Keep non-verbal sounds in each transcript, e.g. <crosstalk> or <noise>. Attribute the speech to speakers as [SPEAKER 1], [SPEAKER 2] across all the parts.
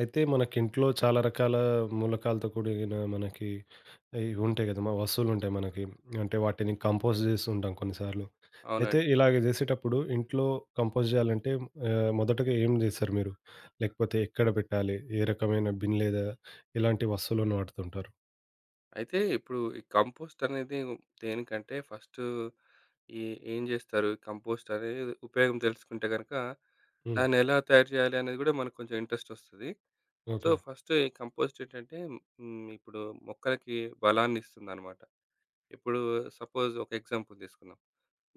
[SPEAKER 1] అయితే మనకింట్లో చాలా రకాల మూలకాలతో కూడిన మనకి ఇవి ఉంటాయి కదా! వస్తువులుంటాయి మనకి. అంటే వాటిని కంపోస్ట్ జేస్తుంటాం కొన్నిసార్లు. అయితే
[SPEAKER 2] అవునండి.
[SPEAKER 1] ఇలాగ జేసేటప్పుడు ఇంట్లో కంపోస్ట్ జేయాలంటే మొదటగా ఏం జేస్తారు మీరు? లేకపోతే ఎక్కడ పెట్టాలి? ఏ రకమైన బిన్ లేదా ఎలాంటి వస్తువులను వాడుతుంటారు?
[SPEAKER 2] అయితే ఇప్పుడు ఈ కంపోస్ట్ అనేది దేనికంటే ఫస్ట్ ఈ ఏం జేస్తారు? కంపోస్ట్ అనేది ఉపయోగం తెలుసుకుంటే గనక
[SPEAKER 1] హ్మ్.
[SPEAKER 2] దాన్ని ఎలా తయారు చేయాలి అనేది గూడా మనకు కొంచెం ఇంట్రెస్ట్ ఒస్తది. So,
[SPEAKER 1] okay.
[SPEAKER 2] ఫస్ట్ ఈ కంపోస్ట్ ఏంటంటే, ఇప్పుడు మొక్కలకి బలాన్ని ఇస్తుందన్నమాట. ఇప్పుడు సపోజ్ ఒక ఎగ్జాంపుల్ తీసుకుందాం.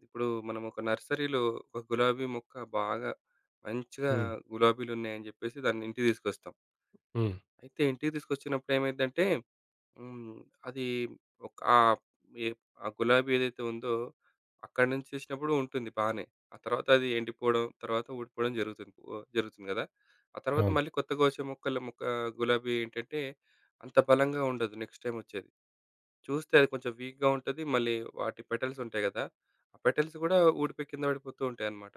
[SPEAKER 2] ఇప్పుడు మనం ఒక నర్సరీలో ఒక గులాబీ మొక్క బాగా మంచిగా
[SPEAKER 1] హ్మ్.
[SPEAKER 2] గులాబీలున్నాయని జెప్పేసి దాన్ని ఇంటికి తీసుకొస్తాం.
[SPEAKER 1] హ్మ్.
[SPEAKER 2] అయితే ఇంటికి తీసుకొచ్చినప్పుడు ఏమైద్దంటే, హ్మ్. అది ఒక ఎ ఆ గులాబీ ఏదైతే ఉందో అక్కడి నుంచి తీసినప్పుడు ఉంటుంది బానే. ఆ తర్వాత అది ఎండిపోవడం, తర్వాత ఊడిపోవడం జరుగుతుంది. ఓ జరుగుతుంది గదా! ఆ తర్వాత
[SPEAKER 1] అవును.
[SPEAKER 2] మళ్ళీ కొత్తగా వచ్చే మొక్క గులాబీ ఏంటంటే అంత బలంగా ఉండదు నెక్స్ట్ టైమ్ వచ్చేది. చూస్తే అది కొంచెం వీక్‌గా ఉంటది. మళ్ళీ వాటి పెటల్స్ ఉంటాయి గదా! ఆ పెటల్స్ గూడా ఊడిపోయి కింద పడిపోతూ ఉంటాయన్నమాట.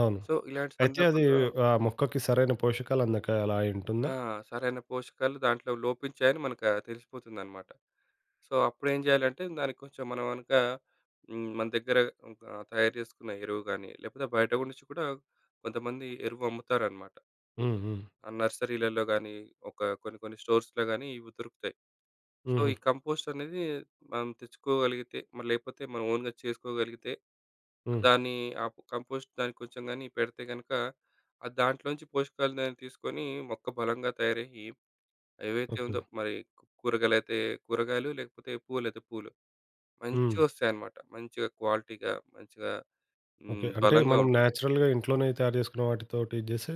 [SPEAKER 1] అవును.
[SPEAKER 2] సో, ఇలాంటి
[SPEAKER 1] అయితే అది
[SPEAKER 2] సందర్భంలో
[SPEAKER 1] ఆ మొక్కకి సరైన పోషకాలు అందక అలా అయుంటుందా?
[SPEAKER 2] ఆ, సరైన పోషకాలు దాంట్లో లోపించాయని మనకు తెలిసిపోతుందన్నమాట. సో అప్పుడేం జేయాలంటే దానికి కొంచెం మనం గనక మన దగ్గర ఒక తయారు చేసుకున్న ఎరువు గాని, లేకపోతే బయట గురించి కూడా కొంతమంది ఎరువు అమ్ముతారనమాట.
[SPEAKER 1] హ్మ్. హ్మ్.
[SPEAKER 2] ఆ నర్సరీలలో గాని, ఒక కొన్ని కొన్ని స్టోర్స్‌లో గాని ఇవి దొరుకుతాయి. సో,
[SPEAKER 1] హుహు.
[SPEAKER 2] ఈ కంపోస్ట్ అనేది మనం తెచ్చుకోగలిగితే, మరి లేకపోతే మనం ఓన్‌గా చేసుకోగలిగితే,
[SPEAKER 1] హ్మ్.
[SPEAKER 2] దాన్ని ఆ కంపోస్ట్ దానికి కొంచెం గాని పెడితే గనక, అది దాంట్లోంచి పోషకాలనేవి తీసుకొని మొక్క బలంగా తయారయ్యి, ఏవైతే
[SPEAKER 1] ఓకే.
[SPEAKER 2] ఉందో మరి కూరగాయలైతే కూరగాయలు, లేకపోతే పూలైతే పూలు.
[SPEAKER 1] హ్మ్.
[SPEAKER 2] మంచివొస్తాయన్నమాట. మంచిగా క్వాలిటీగా, మంచిగా
[SPEAKER 1] ఓకే. అంటే
[SPEAKER 2] బలంగా
[SPEAKER 1] మనం
[SPEAKER 2] ఉంటాయి.
[SPEAKER 1] నేచురల్‌గా ఇంట్లోనే తయారు చేసుకున్న వాటితోటి చేస్తే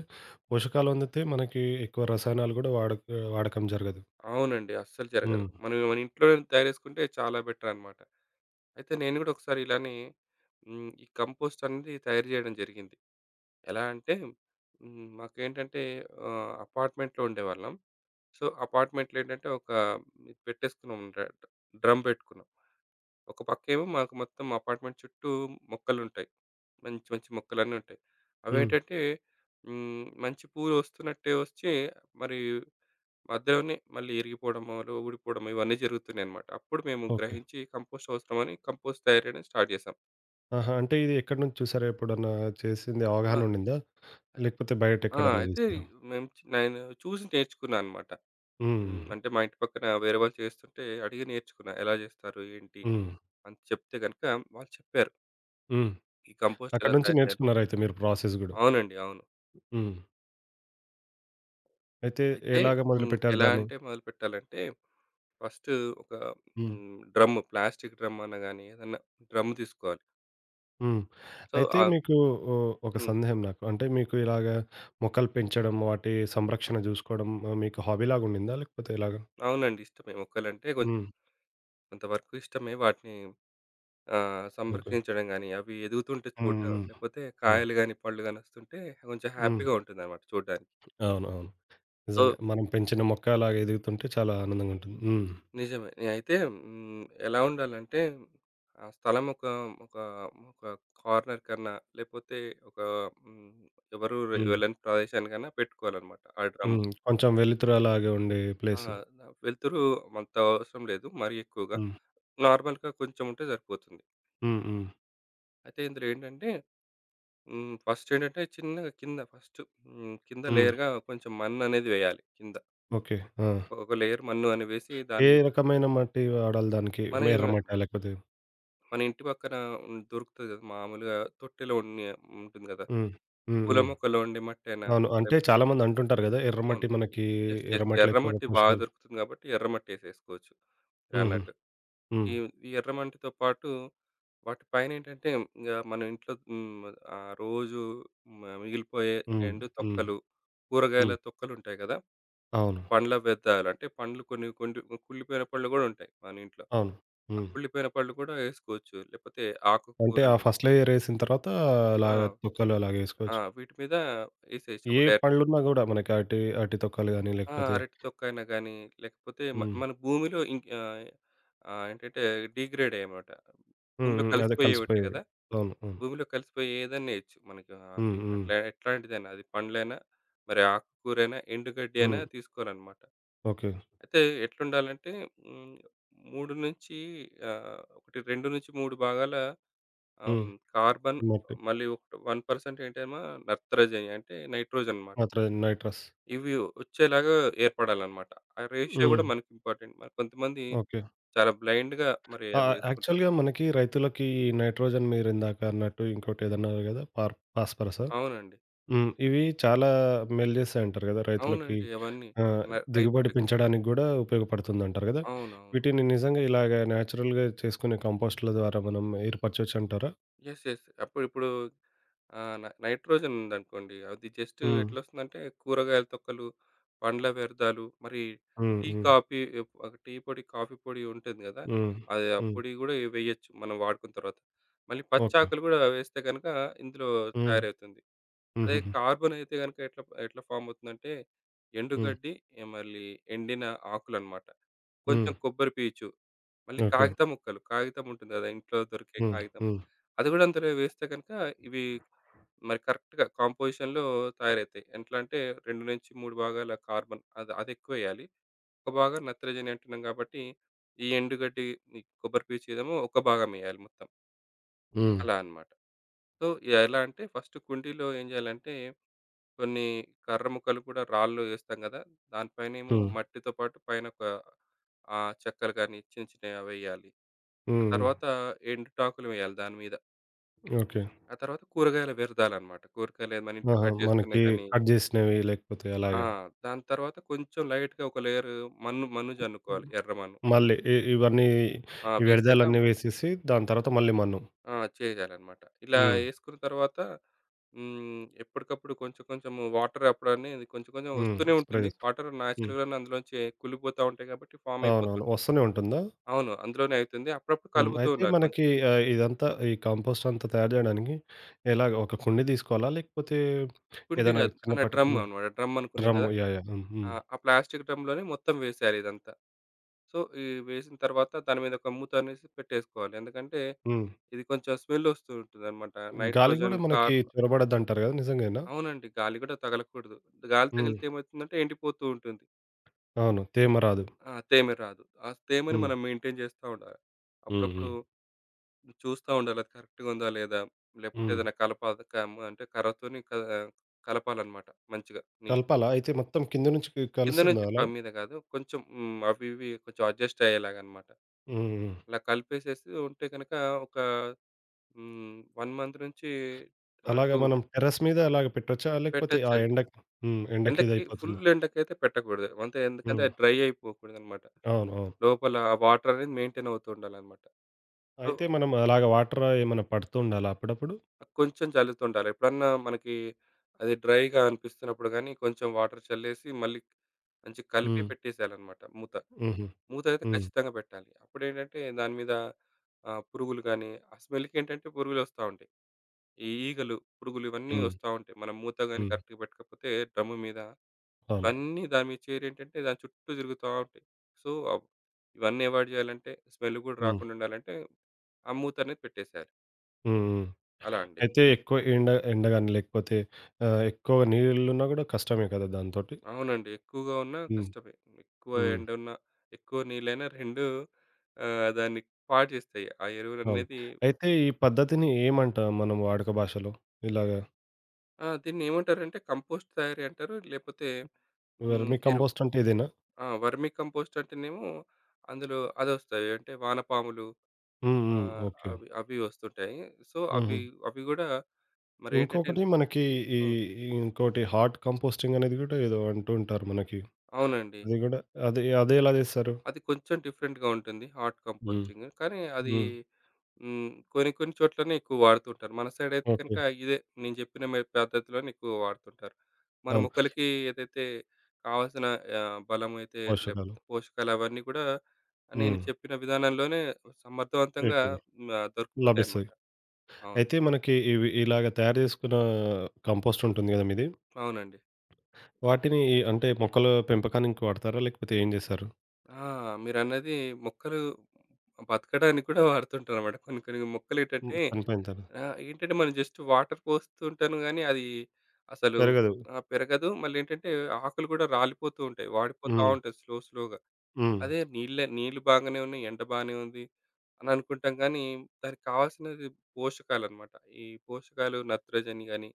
[SPEAKER 1] పోషకాలు అందుతాయి. మనకి ఎక్కువ రసాయనాలు గూడా వాడక వాడకం జరగదు.
[SPEAKER 2] అవునండి. అస్సలు జరగదు.
[SPEAKER 1] హ్మ్.
[SPEAKER 2] మనం మన ఇంట్లోనే తయారు చేసుకుంటే చాలా బెటరన్నమాట. అయితే నేను గూడా ఒకసారి ఇలానే ఈ కంపోస్ట్ అనేది తయారు జేయడం జరిగింది. ఎలా అంటే మాకేంటంటే అపార్ట్మెంట్‌లో ఉండేవాళ్ళం. సో, అపార్ట్మెంట్‌లో ఏంటంటే ఒక ఇది పెట్టేసుకున్నాం, డ్రమ్ పెట్టుకున్నాం. ఒక పక్కేమో మాకు మొత్తం అపార్ట్మెంట్ చుట్టూ మొక్కలుంటాయి. మంచి మంచి మొక్కలన్నీ ఉంటాయి.
[SPEAKER 1] హ్మ్.
[SPEAKER 2] అవేంటంటే మంచి పూలు వస్తున్నట్టే వచ్చి మరి మధ్యలోనే మళ్ళీ ఇరిగిపోవడమో, ఊడిపోవడమో ఇవన్నీ జరుగుతున్నాయన్నమాట. అప్పుడు మేము
[SPEAKER 1] ఓకే.
[SPEAKER 2] గ్రహించి కంపోస్ట్ అవసరమని కంపోస్ట్ తయారు చేయడం స్టార్ట్ చేసాం.
[SPEAKER 1] ఆహా! అంటే ఇది ఎక్కడి నుంచి చూసారా? ఎప్పుడన్నా చేసింది
[SPEAKER 2] ఆ!
[SPEAKER 1] అవగాహన ఉండిందా? లేకపోతే బయట
[SPEAKER 2] ఆ!
[SPEAKER 1] ఎక్కడన్నా
[SPEAKER 2] అయితే
[SPEAKER 1] చూసారా?
[SPEAKER 2] మేము చి నేను చూసి నేర్చుకున్నా అన్నమాట.
[SPEAKER 1] హ్మ్.
[SPEAKER 2] హ్మ్. అంటే మా ఇంటి పక్కన వేరే వాళ్ళు చేస్తుంటే అడిగి నేర్చుకున్నా. ఎలా చేస్తారు? ఏంటి?
[SPEAKER 1] హ్మ్.
[SPEAKER 2] అని చెప్తే గనుక వాళ్ళు చెప్పారు.
[SPEAKER 1] హ్మ్.
[SPEAKER 2] ఈ కంపోస్ట్
[SPEAKER 1] అక్కడి
[SPEAKER 2] ఎలా
[SPEAKER 1] నుంచి
[SPEAKER 2] తయారు చేయాలి?
[SPEAKER 1] నేర్చుకున్నారయితే మీరు ప్రాసెస్ గూడా.
[SPEAKER 2] అవునండి. అవును.
[SPEAKER 1] హ్మ్. అయితే
[SPEAKER 2] అయితే
[SPEAKER 1] ఎలాగా మొదలుపెట్టారు
[SPEAKER 2] ఎలా
[SPEAKER 1] దాన్ని?
[SPEAKER 2] అంటే మొదలుపెట్టాలంటే ఫస్ట్ ఒక
[SPEAKER 1] హ్మ్.
[SPEAKER 2] డ్రమ్ ప్లాస్టిక్ డ్రమ్ అన్నా గాని, ఏదన్నా డ్రమ్ తీసుకోవాలి.
[SPEAKER 1] హ్మ్.
[SPEAKER 2] సో,
[SPEAKER 1] అయితే మీకు ఓ ఒక
[SPEAKER 2] హ్మ్.
[SPEAKER 1] సందేహం నాకు. అంటే మీకు ఇలాగ మొక్కలు పెంచడం, వాటి సంరక్షణ జూసుకోవడం మీకు హాబీలాగా ఉండిందా? లేకపోతే ఎలాగా?
[SPEAKER 2] అవునండి. ఇష్టమే. మొక్కలంటే కొంచెం
[SPEAKER 1] హ్మ్.
[SPEAKER 2] కొంతవరకు ఇష్టమే. వాటిని
[SPEAKER 1] ఓకే.
[SPEAKER 2] సంరక్షించడం గాని, అవి ఎదుగుతుంటే చూడడం,
[SPEAKER 1] హ్మ్. హ్మ్.
[SPEAKER 2] లేకపోతే
[SPEAKER 1] అవును.
[SPEAKER 2] కాయలు గాని, పళ్ళు గాని వస్తుంటే కొంచెం
[SPEAKER 1] హ్మ్.
[SPEAKER 2] హ్యాపీగా ఉంటుందన్నమాట చూడడానికి.
[SPEAKER 1] అవును. అవును.
[SPEAKER 2] సో,
[SPEAKER 1] నిజంగా. మనం పెంచిన మొక్క అలాగా ఎదుగుతుంటే చాలా ఆనందంగా ఉంటుంది. హ్మ్.
[SPEAKER 2] నిజమే. అయితే ఎలా ఉండాలంటే ఆ స్థలం ఒక, ఒక కార్నర్ కన్నా లేకపోతే ఒక హ్మ్. ఎవరు
[SPEAKER 1] హ్మ్.
[SPEAKER 2] వెళ్ళని ప్రదేశానికన్నా పెట్టుకోవాలన్నమాట ఆ డ్రమ్.
[SPEAKER 1] హ్మ్. కొంచెం వెలుతురలాగా ఉండే
[SPEAKER 2] ఆ!
[SPEAKER 1] ప్లేస్.
[SPEAKER 2] వెలుతురు అంత అవసరం లేదు మరీ ఎక్కువగా.
[SPEAKER 1] హ్మ్.
[SPEAKER 2] నార్మల్‌గా కొంచెం ఉంటే సరిపోతుంది.
[SPEAKER 1] హ్మ్. హ్మ్.
[SPEAKER 2] అయితే ఇందులో ఏంటంటే, ఫస్ట్ ఏంటంటే చిన్నగా కింద ఫస్ట్ కింద
[SPEAKER 1] హ్మ్.
[SPEAKER 2] లేయర్‌గా కొంచెం మన్ననేది వేయాలి కింద.
[SPEAKER 1] ఓకే. ఆ!
[SPEAKER 2] ఒక లేయర్ మన్ను అని వేసి దాని
[SPEAKER 1] ఏ
[SPEAKER 2] మీద
[SPEAKER 1] రకమైన మట్టి వాడాలి దానికి?
[SPEAKER 2] మన ఇవ
[SPEAKER 1] ఎర్ర మట్టా లేకపోతే?
[SPEAKER 2] మన ఇంటి పక్కన దొరుకుతది కదా! మామూలుగా తొట్టెలో ఉన్ని ఉంటుంది కదా!
[SPEAKER 1] హ్మ్. హ్మ్.
[SPEAKER 2] పూల
[SPEAKER 1] హ్మ్.
[SPEAKER 2] మొక్కల్లో ఉండే మట్టైనా
[SPEAKER 1] అవును. అంటే
[SPEAKER 2] లేకపోతే
[SPEAKER 1] చాలామంది అంటుంటారు గదా!
[SPEAKER 2] అవును.
[SPEAKER 1] ఎర్రమట్టి మనకి
[SPEAKER 2] యెస్. యెస్.
[SPEAKER 1] ఎర్రమట్టిలో ఎక్కువగా
[SPEAKER 2] ఎర్రమట్టి బాగా
[SPEAKER 1] పోషకాలు
[SPEAKER 2] దొరుకుతుంది కాబట్టి ఎర్రమట్టి ఏసేసుకోవచ్చు
[SPEAKER 1] హుహు.
[SPEAKER 2] మీరన్నట్టు.
[SPEAKER 1] హ్మ్.
[SPEAKER 2] ఈ ఈ ఎర్రమట్టితో పాటు వాటి పైనేంటంటే ఇంగా మన ఇంట్లో ఆ రోజు మిగిలిపోయే
[SPEAKER 1] హ్మ్.
[SPEAKER 2] ఎండు
[SPEAKER 1] హ్మ్.
[SPEAKER 2] తొక్కలు, కూరగాయల
[SPEAKER 1] హ్మ్.
[SPEAKER 2] తొక్కలుంటాయి కదా!
[SPEAKER 1] అవును.
[SPEAKER 2] పండ్ల వ్యర్థాలు అంటే పండ్లు కొన్ని కొన్ని కుళ్ళిపోయిన పళ్ళు గూడా ఉంటాయి మన ఇంట్లో.
[SPEAKER 1] అవును.
[SPEAKER 2] ఆ
[SPEAKER 1] హ్మ్.
[SPEAKER 2] కుళ్ళిపోయిన పళ్ళు కూడా ఏసుకోవచ్చు. లేకపోతే
[SPEAKER 1] అంటే ఆ
[SPEAKER 2] ఆకుకూరలు.
[SPEAKER 1] ఫస్ట్ లేయర్ ఏసిన తర్వాత అలాగ
[SPEAKER 2] ఆ!
[SPEAKER 1] తొక్కలు అలాగ
[SPEAKER 2] ఆ!
[SPEAKER 1] ఏసుకోవచ్చు.
[SPEAKER 2] వీటి మీద
[SPEAKER 1] ఏ
[SPEAKER 2] ఏసేయొచ్చు డైరెక్ట్.
[SPEAKER 1] పండ్లున్నా గూడా మనకి అరటి, అరటి తొక్కలు గాని
[SPEAKER 2] ఆ!
[SPEAKER 1] లేకపోతే
[SPEAKER 2] అరటి తొక్కైనా గానీ, లేకపోతే
[SPEAKER 1] హ్మ్.
[SPEAKER 2] మన భూమిలో ఏంటంటే డీగ్రేడ్ అయ్యాయన్నమాట.
[SPEAKER 1] హ్మ్.
[SPEAKER 2] భూమిలో
[SPEAKER 1] హ్మ్. అదే
[SPEAKER 2] కలిసిపోయేవి ఉంటాయి
[SPEAKER 1] కలిసిపోయేవి.
[SPEAKER 2] కదా!
[SPEAKER 1] అవును. అవును.
[SPEAKER 2] భూమిలో కలిసిపోయి ఏదైనా వేయొచ్చు. మనకి ఆ
[SPEAKER 1] హ్మ్.
[SPEAKER 2] అవి
[SPEAKER 1] హ్మ్.
[SPEAKER 2] అట్లా ఎట్లాంటిదైనా అది పండ్లైనా, మరి ఆకుకూరైనా, ఎండుగడ్డి అయినా
[SPEAKER 1] హ్మ్.
[SPEAKER 2] తీసుకోవాలనమాట.
[SPEAKER 1] ఓకే.
[SPEAKER 2] అయితే ఎట్లుండాలంటే హ్మ్, 3 నుంచి ఒకటి 2-3 భాగాల ఆహ్,
[SPEAKER 1] హ్మ్.
[SPEAKER 2] కార్బన్,
[SPEAKER 1] మట్టి
[SPEAKER 2] మళ్ళీ ఒక 1% ఏంటేమో నత్రజని అంటే నైట్రోజన్ అనమాట.
[SPEAKER 1] మాత్ర నైట్రస్.
[SPEAKER 2] ఇవి వచ్చేలాగా ఏర్పడాలనమాట. ఆ రేషియో కూడా
[SPEAKER 1] హ్మ్.
[SPEAKER 2] మనకి ఇంపార్టెంట్. మరి కొంతమంది
[SPEAKER 1] ఓకే.
[SPEAKER 2] చాలా బ్లైండ్‌గా మరి
[SPEAKER 1] ఆ!
[SPEAKER 2] అది వేసుకుంటారు.
[SPEAKER 1] యాక్చువల్‌గా మనకి రైతులకి ఈ నైట్రోజన్ మీరిందాక అన్నట్టు ఇంకోటేదో అన్నారు గదా! ఫాస్ఫరసా?
[SPEAKER 2] అవునండి.
[SPEAKER 1] హ్మ్. ఇవి చాలా మేలు చేస్తాయంటారు గదా! రైతులకి
[SPEAKER 2] అవునండి. అవన్నీ
[SPEAKER 1] ఆహ్, దిగుబడి
[SPEAKER 2] రైతులకి.
[SPEAKER 1] పెంచడానికి గూడా ఉపయోగపడుతుందంటారు గదా!
[SPEAKER 2] అవునవును.
[SPEAKER 1] వీటిని నిజంగా ఇలాగ నేచురల్‌గా చేసుకునే కంపోస్ట్‌ల ద్వారా మనం ఏర్పరచొచ్చంటారా?
[SPEAKER 2] యెస్. యెస్. అప్పుడు ఇప్పుడు నైట్రోజన్ ఉందనుకోండి. అది జస్ట్
[SPEAKER 1] హ్మ్.
[SPEAKER 2] ఎట్లొస్తుందంటే కూరగాయల తొక్కలు, పండ్ల వ్యర్థాలు, మరి
[SPEAKER 1] హ్మ్.
[SPEAKER 2] టీ,
[SPEAKER 1] హ్మ్.
[SPEAKER 2] కాఫీ, ఒక టీ పొడి, కాఫీ పొడి ఉంటుంది గదా!
[SPEAKER 1] హ్మ్.
[SPEAKER 2] అది ఆ
[SPEAKER 1] హ్మ్.
[SPEAKER 2] పొడి గూడా వేయొచ్చు మనం వాడుకున్న తర్వాత. మళ్ళీ
[SPEAKER 1] ఓకే.
[SPEAKER 2] పచ్చాకులు గూడా వేస్తే గనుక ఇందులో
[SPEAKER 1] హ్మ్.
[SPEAKER 2] తయారవుతుంది. అదే
[SPEAKER 1] హుహుహు.
[SPEAKER 2] కార్బన్ అయితే గనుక ఎట్లా ఎట్లా ఫార్మ్ అవుతుందంటే
[SPEAKER 1] హ్మ్.
[SPEAKER 2] ఎండుగడ్డి, మళ్ళీ ఎండిన ఆకులనమాట.
[SPEAKER 1] హ్మ్.
[SPEAKER 2] కొంచెం కొబ్బరి పీచు. మళ్ళీ
[SPEAKER 1] ఓకే.
[SPEAKER 2] కాగితం ముక్కలు. కాగితం ఉంటుంది గదా! ఇంట్లో దొరికే
[SPEAKER 1] హ్మ్.
[SPEAKER 2] కాగితం.
[SPEAKER 1] హ్మ్.
[SPEAKER 2] అది గూడా అందులో వేస్తే గనక ఇవి మరి కరెక్ట్‌గా కాంపోజిషన్‌లో తయారవుతాయి. ఎట్లా అంటే 2-3 భాగాల కార్బన్ అది అదెక్కువేయాలి. ఒక భాగం నత్రజని అంటున్నాం కాబట్టి, ఈ ఎండుగడ్డి, ఈ కొబ్బరి పీచూదేమో ఒక భాగం ఎయాలి మొత్తం.
[SPEAKER 1] హ్మ్.
[SPEAKER 2] అలా అన్నమాట. సో, ఎలా అంటే ఫస్ట్ కుండీలో ఏం జేయాలంటే కొన్ని కర్ర ముక్కలు కూడా రాళ్ళు ఏస్తాం గదా! దానిపైనేమో
[SPEAKER 1] హ్మ్.
[SPEAKER 2] మట్టితో పాటు పైన ఒక చెక్కలు గాని చిన్న చిన్నవి అవేయాలి. ఆ
[SPEAKER 1] హ్మ్. హ్మ్.
[SPEAKER 2] తర్వాత ఎండుటాకులు వేయాలి దాని మీద.
[SPEAKER 1] ఓకే.
[SPEAKER 2] ఆ తర్వాత కూరగాయల విరదాలనమాట. కూరగాయలు మన ఇంట్లో
[SPEAKER 1] ఆహా!
[SPEAKER 2] కట్
[SPEAKER 1] మనకి
[SPEAKER 2] చేసుకున్నయి కానీ
[SPEAKER 1] కట్ జేసినవి లేకపోతే
[SPEAKER 2] ఆ!
[SPEAKER 1] అలాగా.
[SPEAKER 2] దాని తర్వాత కొంచెం లైట్‌గా ఒక లేయరు మన్ను మన్ను జన్నుకోవాలి. ఎర్ర మన్ను.
[SPEAKER 1] మళ్ళీ ఇవన్నీ
[SPEAKER 2] ఆ!
[SPEAKER 1] ఈ
[SPEAKER 2] వేశాక
[SPEAKER 1] వ్యర్థాలన్నీ వేసేసి దాని తర్వాత మళ్ళీ మన్ను.
[SPEAKER 2] ఆ! చేయాలనమాట. ఇలా
[SPEAKER 1] హ్మ్.
[SPEAKER 2] ఏసుకున్న తర్వాత ఎప్పటికప్పుడు కొంచెం కొంచెం వాటర్ అప్పుడు అనేది కొంచెం కొంచెం
[SPEAKER 1] హ్మ్.
[SPEAKER 2] వస్తూనే
[SPEAKER 1] స్ప్రే
[SPEAKER 2] ఉంటుంది.
[SPEAKER 1] చేస్తాం.
[SPEAKER 2] వాటర్
[SPEAKER 1] హ్మ్.
[SPEAKER 2] నేచురల్‌గానే అందులోంచి కుళ్ళిపోతా ఉంటాయి కాబట్టి ఫామ్
[SPEAKER 1] అవునవును.
[SPEAKER 2] అయిపోతుంది.
[SPEAKER 1] వస్తూనే ఉంటుందా?
[SPEAKER 2] అవును. అందులోనే అవుతుంది. అప్పుడప్పుడు
[SPEAKER 1] హ్మ్.
[SPEAKER 2] కలుపుతూ
[SPEAKER 1] అయితే
[SPEAKER 2] ఉండాలి కొంచెం.
[SPEAKER 1] మనకి ఇదంతా ఈ కంపోస్ట్ అంతా తయారు జేయడానికి ఎలాగ ఒక కుండీ తీసుకోవాలా? లేకపోతే
[SPEAKER 2] కుండీ
[SPEAKER 1] ఏదైనా
[SPEAKER 2] కాదు. మన
[SPEAKER 1] చిన్నపాటి
[SPEAKER 2] డ్రమ్
[SPEAKER 1] హ్మ్.
[SPEAKER 2] అనమాట. డ్రమ్ అనుకున్నాం కదా!
[SPEAKER 1] Drum yeah! యాహ్! హ్మ్.
[SPEAKER 2] ఆ!
[SPEAKER 1] హ్మ్.
[SPEAKER 2] ఆ ప్లాస్టిక్ డ్రమ్‌లోనే మొత్తం వేసేయాలి ఇదంతా. సో, ఈ వేసిన తర్వాత దాని మీద ఒక మూతనేసి పెట్టేసుకోవాలి. ఎందుకంటే
[SPEAKER 1] హ్మ్.
[SPEAKER 2] ఇది కొంచెం స్మెల్లొస్తూ ఉంటుందనమాట.
[SPEAKER 1] గాలి గూడా
[SPEAKER 2] నైట్రోజన్
[SPEAKER 1] మనకి
[SPEAKER 2] కార్
[SPEAKER 1] చొరబడద్దంటారు గదా! నిజంగేనా?
[SPEAKER 2] అవునండి. గాలి కూడా తగలకూడదు. గాలి
[SPEAKER 1] హ్మ్.
[SPEAKER 2] తగిలితే ఏమవుతుందంటే ఎండిపోతూ ఉంటుంది.
[SPEAKER 1] అవును. తేమ రాదు.
[SPEAKER 2] ఆ! తేమ రాదు. ఆ తేమని
[SPEAKER 1] హ్మ్.
[SPEAKER 2] మనం మెయింటైన్ చేస్తా ఉండాలి.
[SPEAKER 1] హ్మ్.
[SPEAKER 2] అప్పుడప్పుడు
[SPEAKER 1] హ్మ్.
[SPEAKER 2] చూస్తా ఉండాలి అది కరెక్ట్‌గా ఉందా లేదా? లేకపోతే
[SPEAKER 1] హ్మ్.
[SPEAKER 2] ఏదైనా కలపాలి, కమ్ అంటే కర్రతోని కలపాలనమాట మంచిగా నీట్.
[SPEAKER 1] కలపాలా? అయితే మొత్తం కింద నుంచి
[SPEAKER 2] కింద
[SPEAKER 1] కలుస్తుందా
[SPEAKER 2] నుంచి పై
[SPEAKER 1] అలాగ?
[SPEAKER 2] మీద కాదు. కొంచెం అవి ఇవి కొంచెం అడ్జస్ట్ అయ్యేలాగనమాట.
[SPEAKER 1] హ్మ్. హ్మ్.
[SPEAKER 2] అలా కలిపేసేసి ఉంటే గనక ఒక 1 మంత్ నుంచి
[SPEAKER 1] అలాగా
[SPEAKER 2] 2
[SPEAKER 1] మనం టెర్రస్ మీద అలాగ పెట్టొచ్చా? లేకపోతే ఆ
[SPEAKER 2] పెట్టొచ్చండి.
[SPEAKER 1] ఎండకు హ్మ్. ఎండకి
[SPEAKER 2] ఎండకి ఫుల్
[SPEAKER 1] ఇదయిపోతుందా?
[SPEAKER 2] ఎండకైతే పెట్టకూడదు. అంతే ఎందుకంటే
[SPEAKER 1] హ్మ్.
[SPEAKER 2] అది డ్రై అయిపోకూడదనమాట.
[SPEAKER 1] అవును. అవును.
[SPEAKER 2] లోపల ఆ వాటర్ అనేది మెయింటైన్ అవుతూ ఉండాలనమాట. సో,
[SPEAKER 1] అయితే మనం అలాగా వాటర్ ఏమైనా పడుతూ ఉండాలా అప్పుడప్పుడు?
[SPEAKER 2] కొంచెం చల్లుతుండాలి. ఎప్పుడన్నా మనకి అది డ్రైగా అనిపిస్తున్నప్పుడు గాని కొంచెం వాటర్ చల్లేసి మళ్ళీ మంచిగా కలిపి
[SPEAKER 1] హ్మ్.
[SPEAKER 2] పెట్టేసేయాలనమాట మూత.
[SPEAKER 1] హుహు.
[SPEAKER 2] మూత అయితే
[SPEAKER 1] హ్మ్.
[SPEAKER 2] ఖచ్చితంగా పెట్టాలి. అప్పుడేంటంటే దాని మీద పురుగులు గాని, ఆ స్మెల్‌కేంటంటే పురుగులొస్తా ఉంటాయి. ఈ ఈగలు, పురుగులు ఇవన్నీ
[SPEAKER 1] హ్మ్.
[SPEAKER 2] వస్తా ఉంటాయి. మనం మూత గాని
[SPEAKER 1] హ్మ్.
[SPEAKER 2] కరెక్ట్‌గా పెట్టకపోతే డ్రమ్ము మీద
[SPEAKER 1] అవును.
[SPEAKER 2] ఇవన్నీ దాని మీద చేరేంటంటే దాని చుట్టూ తిరుగుతా ఉంటాయి. సో, ఇవన్నీ అవాయిడ్ చేయాలంటే స్మెల్ గూడా
[SPEAKER 1] హ్మ్.
[SPEAKER 2] రాకుండా ఉండాలంటే ఆ మూత అనేది పెట్టేసేయాలి.
[SPEAKER 1] హ్మ్. హ్మ్.
[SPEAKER 2] అలా అండి.
[SPEAKER 1] అయితే ఎక్కువ ఎండ ఎండ గాని లేకపోతే ఎక్కువ నీళ్ళున్నా గూడా కష్టమే కదా! దానితోటి.
[SPEAKER 2] అవునండి. ఎక్కువగా ఉన్నా
[SPEAKER 1] హ్మ్.
[SPEAKER 2] కష్టమే. ఎక్కువ
[SPEAKER 1] హ్మ్.
[SPEAKER 2] ఎండ ఉన్నా, ఎక్కువ నీళ్ళైనా 2 దాన్ని పాడు చేస్తాయి. ఆ
[SPEAKER 1] అవును.
[SPEAKER 2] ఎరువులనేది.
[SPEAKER 1] అయితే ఈ పద్ధతిని ఏమంటాం మనం వాడుక భాషలో? ఇలాగా
[SPEAKER 2] ఆ! దీన్ని ఏమంటారంటే కంపోస్ట్ తయారీ అంటారు. లేపోతే
[SPEAKER 1] వెర్మి
[SPEAKER 2] ఎరువు.
[SPEAKER 1] కంపోస్ట్ అంటే ఇదేనా?
[SPEAKER 2] ఆ! వర్మి కంపోస్ట్ అంటేనేమో అందులో అదొస్తాయి. అంటే వానపాములు.
[SPEAKER 1] హ్మ్.
[SPEAKER 2] ఆ!
[SPEAKER 1] హ్మ్. ఓకే.
[SPEAKER 2] అవి అవి వస్తుంటాయి. సో, అవి
[SPEAKER 1] హుహు.
[SPEAKER 2] అవి గూడా మరేంటంటే
[SPEAKER 1] ఇంకొకటి మనకి ఈ
[SPEAKER 2] హ్మ్.
[SPEAKER 1] ఇంకోటి హార్డ్ కంపోస్టింగ్ అనేది గూడా ఏదో అంటూ ఉంటారు మనకి.
[SPEAKER 2] అవునండి.
[SPEAKER 1] అది గూడా అదెలా జేస్తారు?
[SPEAKER 2] అది కొంచెం డిఫరెంట్‌గా ఉంటుంది హార్డ్
[SPEAKER 1] హ్మ్.
[SPEAKER 2] కంపోస్టింగ్. కానీ అది
[SPEAKER 1] హ్మ్.
[SPEAKER 2] కొన్ని కొన్ని చోట్లనే ఎక్కువ వాడుతుంటారు. మన సైడ్ అయితే
[SPEAKER 1] ఓకే.
[SPEAKER 2] కనుక ఇదే నేను జెప్పిన పద్ధతిలోనే ఎక్కువ వాడుతుంటారు. మన
[SPEAKER 1] అవును.
[SPEAKER 2] మొక్కలకి ఏదైతే కావాల్సిన బలమైతే
[SPEAKER 1] పోషకాలు.
[SPEAKER 2] లేకపోతే పోషకాలు అవన్నీ గూడా నేను
[SPEAKER 1] హ్మ్.
[SPEAKER 2] చెప్పిన విధానంలోనే సమర్థవంతంగా
[SPEAKER 1] ఎక్కువగా లభిస్తాయి.
[SPEAKER 2] దొరికిపోతాయన్నమాట. అవును.
[SPEAKER 1] అయితే మనకి ఇవి ఇలాగ తయారు చేసుకున్న కంపోస్ట్ ఉంటుంది గదా! మీది.
[SPEAKER 2] అవునండి.
[SPEAKER 1] వాటిని ఈ- అంటే మొక్కల పెంపకానికి వాడతారా? లేకపోతే ఏం జేస్తారు?
[SPEAKER 2] ఆ! మీరన్నది మొక్కలు బతకడానికి కూడా వాడుతుంటారనమాట. కొన్ని కొన్ని
[SPEAKER 1] హ్మ్.
[SPEAKER 2] మొక్కలేంటంటే
[SPEAKER 1] చనిపోయిన తర్వాత
[SPEAKER 2] ఏంటంటే మనం జస్ట్ వాటర్ పోస్తుంటాను గానీ, అది అసలు
[SPEAKER 1] పెరగదు.
[SPEAKER 2] పెరగదు. మళ్ళేంటంటే ఆకులు కూడా రాలిపోతూ ఉంటాయి. వాడిపోతా
[SPEAKER 1] హ్మ్.
[SPEAKER 2] ఉంటాయి స్లోగా.
[SPEAKER 1] హ్మ్.
[SPEAKER 2] అదే నీళ్ళు బాగానే ఉన్నాయి, ఎండ బానే ఉంది అని అనుకుంటాం గానీ, దానికి కావాల్సినది పోషకాలనమాట. ఈ పోషకాలు నత్రజని గాని,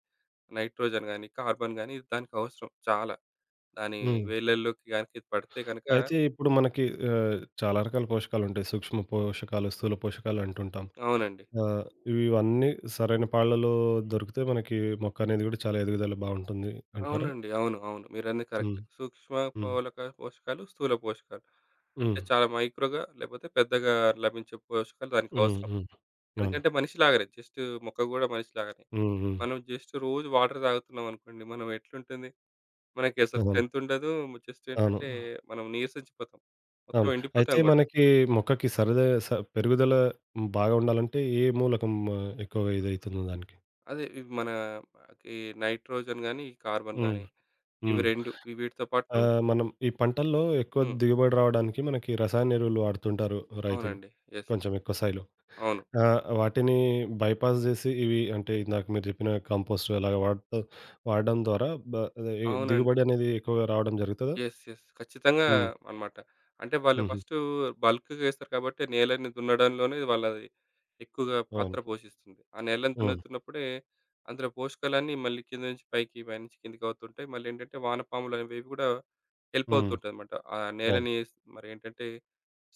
[SPEAKER 2] నైట్రోజన్ గాని, కార్బన్ గాని దానికి అవసరం చాలా. దాని
[SPEAKER 1] హ్మ్.
[SPEAKER 2] వేళ్ళల్లోకి గాని పడితే గనక
[SPEAKER 1] అయితే ఇప్పుడు మనకి చాలా రకాల పోషకాలుంటాయి. సూక్ష్మ పోషకాలు, స్థూల పోషకాలు అంటుంటాం.
[SPEAKER 2] అవునండి.
[SPEAKER 1] ఆహ్, ఇవన్నీ సరైన పాళ్లలో దొరికితే మనకి మొక్క అనేది గూడా చాలా ఎదుగుదల బావుంటుంది అంటారా?
[SPEAKER 2] అవునండి. అవును. అవును. మీరన్నది కరెక్ట్.
[SPEAKER 1] హ్మ్.
[SPEAKER 2] సూక్ష్మ
[SPEAKER 1] హ్మ్.
[SPEAKER 2] పోషకాలు, స్థూల పోషకాలు. అంటే
[SPEAKER 1] హ్మ్.
[SPEAKER 2] చాలా మైక్రోగా లేపోతే పెద్దగా లభించే పోషకాలు
[SPEAKER 1] హ్మ్.
[SPEAKER 2] దానికవసరం.
[SPEAKER 1] హ్మ్. అవును.
[SPEAKER 2] ఎందుకంటే మనిషి లాగానే జస్ట్ మొక్క గూడా మనిషి లాగానే.
[SPEAKER 1] హ్మ్. హ్మ్.
[SPEAKER 2] మనం జస్ట్ రోజు వాటర్ తాగుతున్నామనుకోండి మనం ఎట్లుంటుంది? మనకి అసలు
[SPEAKER 1] అవును.
[SPEAKER 2] స్ట్రెంత్ ఉండదు. జస్ట్
[SPEAKER 1] అవును.
[SPEAKER 2] ఏంటంటే మనం నీరసించిపోతాం. మొత్తం
[SPEAKER 1] అవును. అయితే
[SPEAKER 2] ఎండిపోతాం గూడా.
[SPEAKER 1] మనకి మొక్కకి సరదా పెరుగుదల బాగా ఉండాలంటే ఏ మూలకం ఎక్కువగా ఇదైతుంది దానికి?
[SPEAKER 2] అదే ఇవి మనకి నైట్రోజన్ గాని, ఈ కార్బన్
[SPEAKER 1] హ్మ్.
[SPEAKER 2] గాని ఇవి
[SPEAKER 1] హ్మ్.
[SPEAKER 2] 2 ఇవి వీటితో పాటు
[SPEAKER 1] మనం ఈ పంటల్లో ఎక్కువ
[SPEAKER 2] హ్మ్.
[SPEAKER 1] దిగుబడి రావడానికి మనకి రసాయన ఎరువులు వాడుతుంటారు రైతులు.
[SPEAKER 2] అవునండి. యెస్.
[SPEAKER 1] కొంచెం ఎక్కువ స్థాయిలో.
[SPEAKER 2] అవును.
[SPEAKER 1] వాటిని బైపాస్ జేసి ఇవి అంటే ఇందాక మీరు జెప్పిన కంపోస్ట్ అలాగా వాడుతూ వాడడం ద్వారా అదే ఈ
[SPEAKER 2] అవునండి.
[SPEAKER 1] దిగుబడి అనేది ఎక్కువగా రావడం జరుగుతదా?
[SPEAKER 2] యెస్. యెస్. ఖచ్చితంగా
[SPEAKER 1] హ్మ్.
[SPEAKER 2] అనమాట. అంటే వాళ్ళు
[SPEAKER 1] హుహు.
[SPEAKER 2] ఫస్టు బల్క్‌గా ఏస్తారు కాబట్టి నేలని దున్నడంలోనే వాళ్ళది ఎక్కువగా పాత్ర
[SPEAKER 1] అవును.
[SPEAKER 2] పోషిస్తుంది. ఆ నేలని
[SPEAKER 1] హ్మ్.
[SPEAKER 2] దున్నుతున్నప్పుడే అందులో పోషకాలన్నీ మళ్ళీ కింద నుంచి పైకి, పైనుంచి కిందకి అవుతుంటాయి. మళ్ళేంటంటే వానపాములు అనేవి కూడా హెల్ప్
[SPEAKER 1] హ్మ్.
[SPEAKER 2] అవుతుంటదనమాట. ఆ
[SPEAKER 1] అవును.
[SPEAKER 2] నేలని మరేంటంటే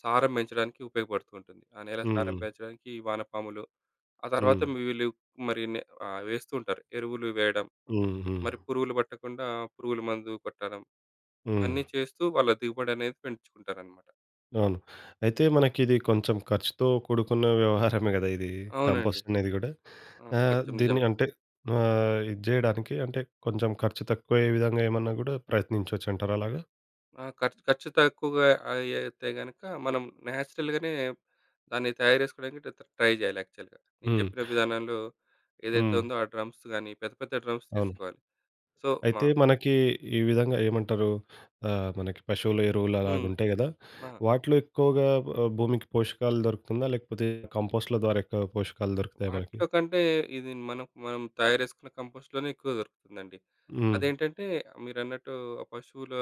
[SPEAKER 2] సారం పెంచడానికి ఉపయోగపడుతూ ఉంటుంది. ఆ నేల
[SPEAKER 1] హ్మ్.
[SPEAKER 2] సారం
[SPEAKER 1] హ్మ్.
[SPEAKER 2] పెంచడానికి ఈ వానపాములు, ఆ తర్వాత
[SPEAKER 1] హ్మ్.
[SPEAKER 2] వీళ్ళు మరి నే వేస్తూ ఉంటారు. ఎరువులు వేయడం,
[SPEAKER 1] హ్మ్. హ్మ్.
[SPEAKER 2] మరి పురుగులు పట్టకుండా పురుగుల మందు కొట్టడం.
[SPEAKER 1] హ్మ్.
[SPEAKER 2] అన్నీ చేస్తూ వాళ్ళ దిగుబడనేది పెంచుకుంటారనమాట.
[SPEAKER 1] అవును. అయితే మనకిది కొంచెం ఖర్చుతో కూడుకున్న వ్యవహారమే గదా! ఇది
[SPEAKER 2] అవునండి.
[SPEAKER 1] కంపోస్ట్ అనేది గూడా.
[SPEAKER 2] ఆ! కొంచెం
[SPEAKER 1] దీన్ని
[SPEAKER 2] నిజమే.
[SPEAKER 1] అంటే ఇది జేయడానికి అంటే కొంచెం ఖర్చు తక్కువయ్యే విధంగా ఏమన్నా గూడా ప్రయత్నించొచ్చంటారా అలాగా?
[SPEAKER 2] ఆ! ఖర్చు ఖర్చు తక్కువగా అయ్యయితే గనక మనం నేచురల్‌గానే దాన్ని తయారు చేసుకోవడానికి ట్రై చేయాలి యాక్చువల్‌గా. నేను
[SPEAKER 1] హ్మ్.
[SPEAKER 2] చెప్పిన విధానంలో ఏదైతే
[SPEAKER 1] హ్మ్.
[SPEAKER 2] ఉందో ఆ డ్రమ్స్ గానీ, పెద్ద పెద్ద డ్రమ్స్
[SPEAKER 1] అవును.
[SPEAKER 2] తీసుకోవాలి. సో, మా
[SPEAKER 1] అయితే మనకి ఈ విధంగా ఏమంటారు మనకి పశువుల ఎరువులు
[SPEAKER 2] హ్మ్.
[SPEAKER 1] అలాగుంటాయి గదా!
[SPEAKER 2] మా
[SPEAKER 1] వాటిలో ఎక్కువగా భూమికి పోషకాలు దొరుకుతుందా? లేకపోతే కంపోస్ట్‌ల ద్వారా ఎక్కువ పోషకాలు దొరుకుతాయా మనకి?
[SPEAKER 2] వాటిలో కంటే ఇది మనం మనం తయారు చేసుకున్న కంపోస్ట్‌లోనే ఎక్కువ దొరుకుతుందండి.
[SPEAKER 1] హ్మ్.
[SPEAKER 2] అదేంటంటే మీరన్నట్టు ఆ పశువుల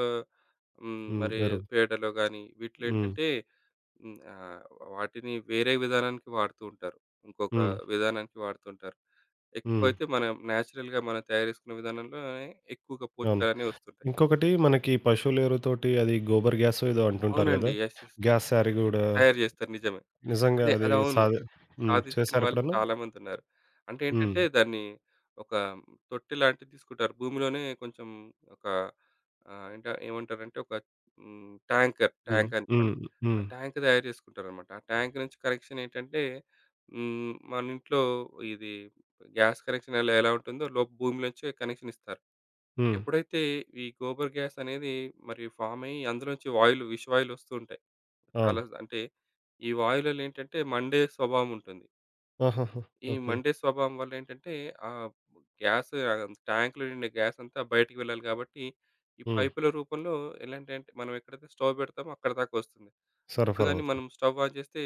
[SPEAKER 1] హ్మ్.
[SPEAKER 2] మరి
[SPEAKER 1] ఎరువు.
[SPEAKER 2] పేడలో గానీ వీటిలో
[SPEAKER 1] హ్మ్.
[SPEAKER 2] ఏంటంటే హ్మ్. ఆహ్, వాటిని వేరే విధానానికి వాడుతూ ఉంటారు. ఇంకొక
[SPEAKER 1] హ్మ్.
[SPEAKER 2] విధానానికి వాడుతుంటారు.
[SPEAKER 1] హ్మ్.
[SPEAKER 2] ఎక్కువైతే మనం నేచురల్‌గా మనం తయారు చేసుకునే విధానంలోనే ఎక్కువగా
[SPEAKER 1] అవును.
[SPEAKER 2] పోషకాలనేవి వస్తుంటాయి.
[SPEAKER 1] ఇంకొకటి మనకి పశువుల ఎరువుతోటి అది గోబర్ గ్యాసో ఏదో అంటుంటారు గదా!
[SPEAKER 2] అవునండి. యెస్. యెస్.
[SPEAKER 1] గ్యాస్ శారీ గూడా
[SPEAKER 2] తయారు చేస్తారు నిజమే.
[SPEAKER 1] నిజంగా
[SPEAKER 2] అదే
[SPEAKER 1] అది
[SPEAKER 2] అది అవును.
[SPEAKER 1] హ్మ్.
[SPEAKER 2] సాధించిన
[SPEAKER 1] చేశారా
[SPEAKER 2] వాళ్ళు
[SPEAKER 1] ఎప్పుడన్నా?
[SPEAKER 2] చాలామందున్నారు. అంటే
[SPEAKER 1] హ్మ్.
[SPEAKER 2] ఏంటంటే, దాన్ని ఒక తొట్టె లాంటిది తీసుకుంటారు. భూమిలోనే కొంచెం ఒక ఏమంటారంటే ఒక
[SPEAKER 1] హ్మ్.
[SPEAKER 2] ట్యాంక్ అనుకోండి.
[SPEAKER 1] హ్మ్.
[SPEAKER 2] ఆ
[SPEAKER 1] హ్మ్.
[SPEAKER 2] ట్యాంక్ తయారు చేసుకుంటారనమాట. ఆ ట్యాంక్ నుంచి కనెక్షన్ ఏంటంటే, మన ఇంట్లో ఇది గ్యాస్ కనెక్షన్ ఎలా ఎలా ఉంటుందో భూమి నుంచే కనెక్షన్ ఇస్తారు.
[SPEAKER 1] హ్మ్.
[SPEAKER 2] ఎప్పుడైతే ఈ గోబర్ గ్యాస్ అనేది మరి ఫామ్ అయ్యి అందులోంచి వాయువులు, విషవాయువులు వస్తూ ఉంటాయి.
[SPEAKER 1] అవును.
[SPEAKER 2] చాలా అంటే ఈ వాయువులలో ఏంటంటే మండే స్వభావం ఉంటుంది.
[SPEAKER 1] ఆహాహా!
[SPEAKER 2] ఈ
[SPEAKER 1] ఓకే.
[SPEAKER 2] మండే స్వభావం వల్ల ఏంటంటే, ఆ గ్యాస్ ట్యాంక్‌లో నిండే గ్యాస్ అంతా బయటికి వెళ్ళాలి కాబట్టి, ఈ
[SPEAKER 1] హ్మ్.
[SPEAKER 2] పైపుల రూపంలో ఎలాంటంటే, మనం ఎక్కడైతే స్టవ్ పెడతామో అక్కడి దాకా వస్తుంది. అప్పుడు
[SPEAKER 1] సరఫరా
[SPEAKER 2] గాని
[SPEAKER 1] అవుతుంది.
[SPEAKER 2] మనం స్టవ్ ఆన్ చేస్తే,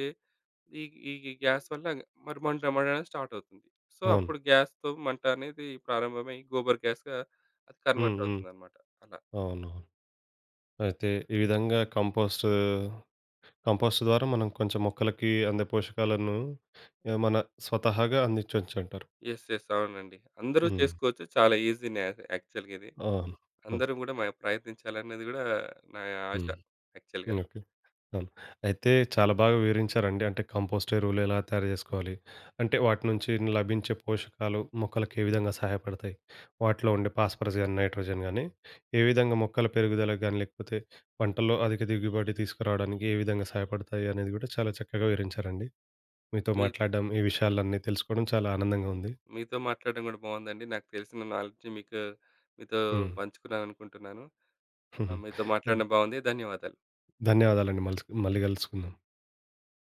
[SPEAKER 2] ఈ ఈ గ్యాస్ వల్ల మరి మంట మండడం స్టార్ట్ అవుతుంది. సో,
[SPEAKER 1] అవును.
[SPEAKER 2] అప్పుడు గ్యాస్‌తో మంట అనేది ప్రారంభమై గోబర్ గ్యాస్‌గా అది
[SPEAKER 1] హ్మ్.
[SPEAKER 2] కన్వర్ట్
[SPEAKER 1] హ్మ్.
[SPEAKER 2] అవుతుందన్నమాట. అలా.
[SPEAKER 1] అవునవును. అయితే ఈ విధంగా కంపోస్ట్, కంపోస్ట్ ద్వారా మనం కొంచెం మొక్కలకి అందే పోషకాలను మన స్వతహాగా అందించొచ్చంటారు.
[SPEAKER 2] యెస్. యెస్. అవునండి. అందరూ
[SPEAKER 1] హ్మ్.
[SPEAKER 2] చేసుకోవచ్చు. చాలా ఈజీ‌నే యాక్చువల్‌గా ఇది.
[SPEAKER 1] అవును. అవును.
[SPEAKER 2] అందరూ గూడా ప్రయత్నించాలన్నది గూడా నా ఆశ
[SPEAKER 1] హ్మ్.
[SPEAKER 2] యాక్చువల్‌గా.
[SPEAKER 1] ఓకే. అవును. అయితే చాలా బాగా వివరించారండి. అంటే కంపోస్ట్ ఎరువులు ఎలా తయారు జేసుకోవాలి? అంటే వాటి నుంచి లభించే పోషకాలు మొక్కలకు ఏ విధంగా సహాయపడతాయి? వాటిలో ఉండే ఫాస్ఫరస్ గాని, నైట్రోజన్ గాని ఏ విధంగా మొక్కల పెరుగుదలకు గాని, లేకపోతే పంటల్లో అధిక దిగుబడి తీసుకురావడానికి ఏ విధంగా సహాయపడతాయి అనేది గూడా చాలా చక్కగా వివరించారండి. మీతో
[SPEAKER 2] మీ
[SPEAKER 1] మాట్లాడడం, ఈ విషయాలన్నీ తెలుసుకోవడం చాలా ఆనందంగా ఉంది.
[SPEAKER 2] మీతో మాట్లాడడం కూడా బాగుందండి. నాకు తెలిసిన నాలెడ్జ్ మీతో
[SPEAKER 1] హ్మ్.
[SPEAKER 2] పంచుకున్నాననుకుంటున్నాను. ఆ! మీతో
[SPEAKER 1] <laughs>
[SPEAKER 2] మాట్లాడడం బాగుంది. ధన్యవాదాలు.
[SPEAKER 1] ధన్యవాదాలండి. మళ్ళీ గలుసుకుందాం.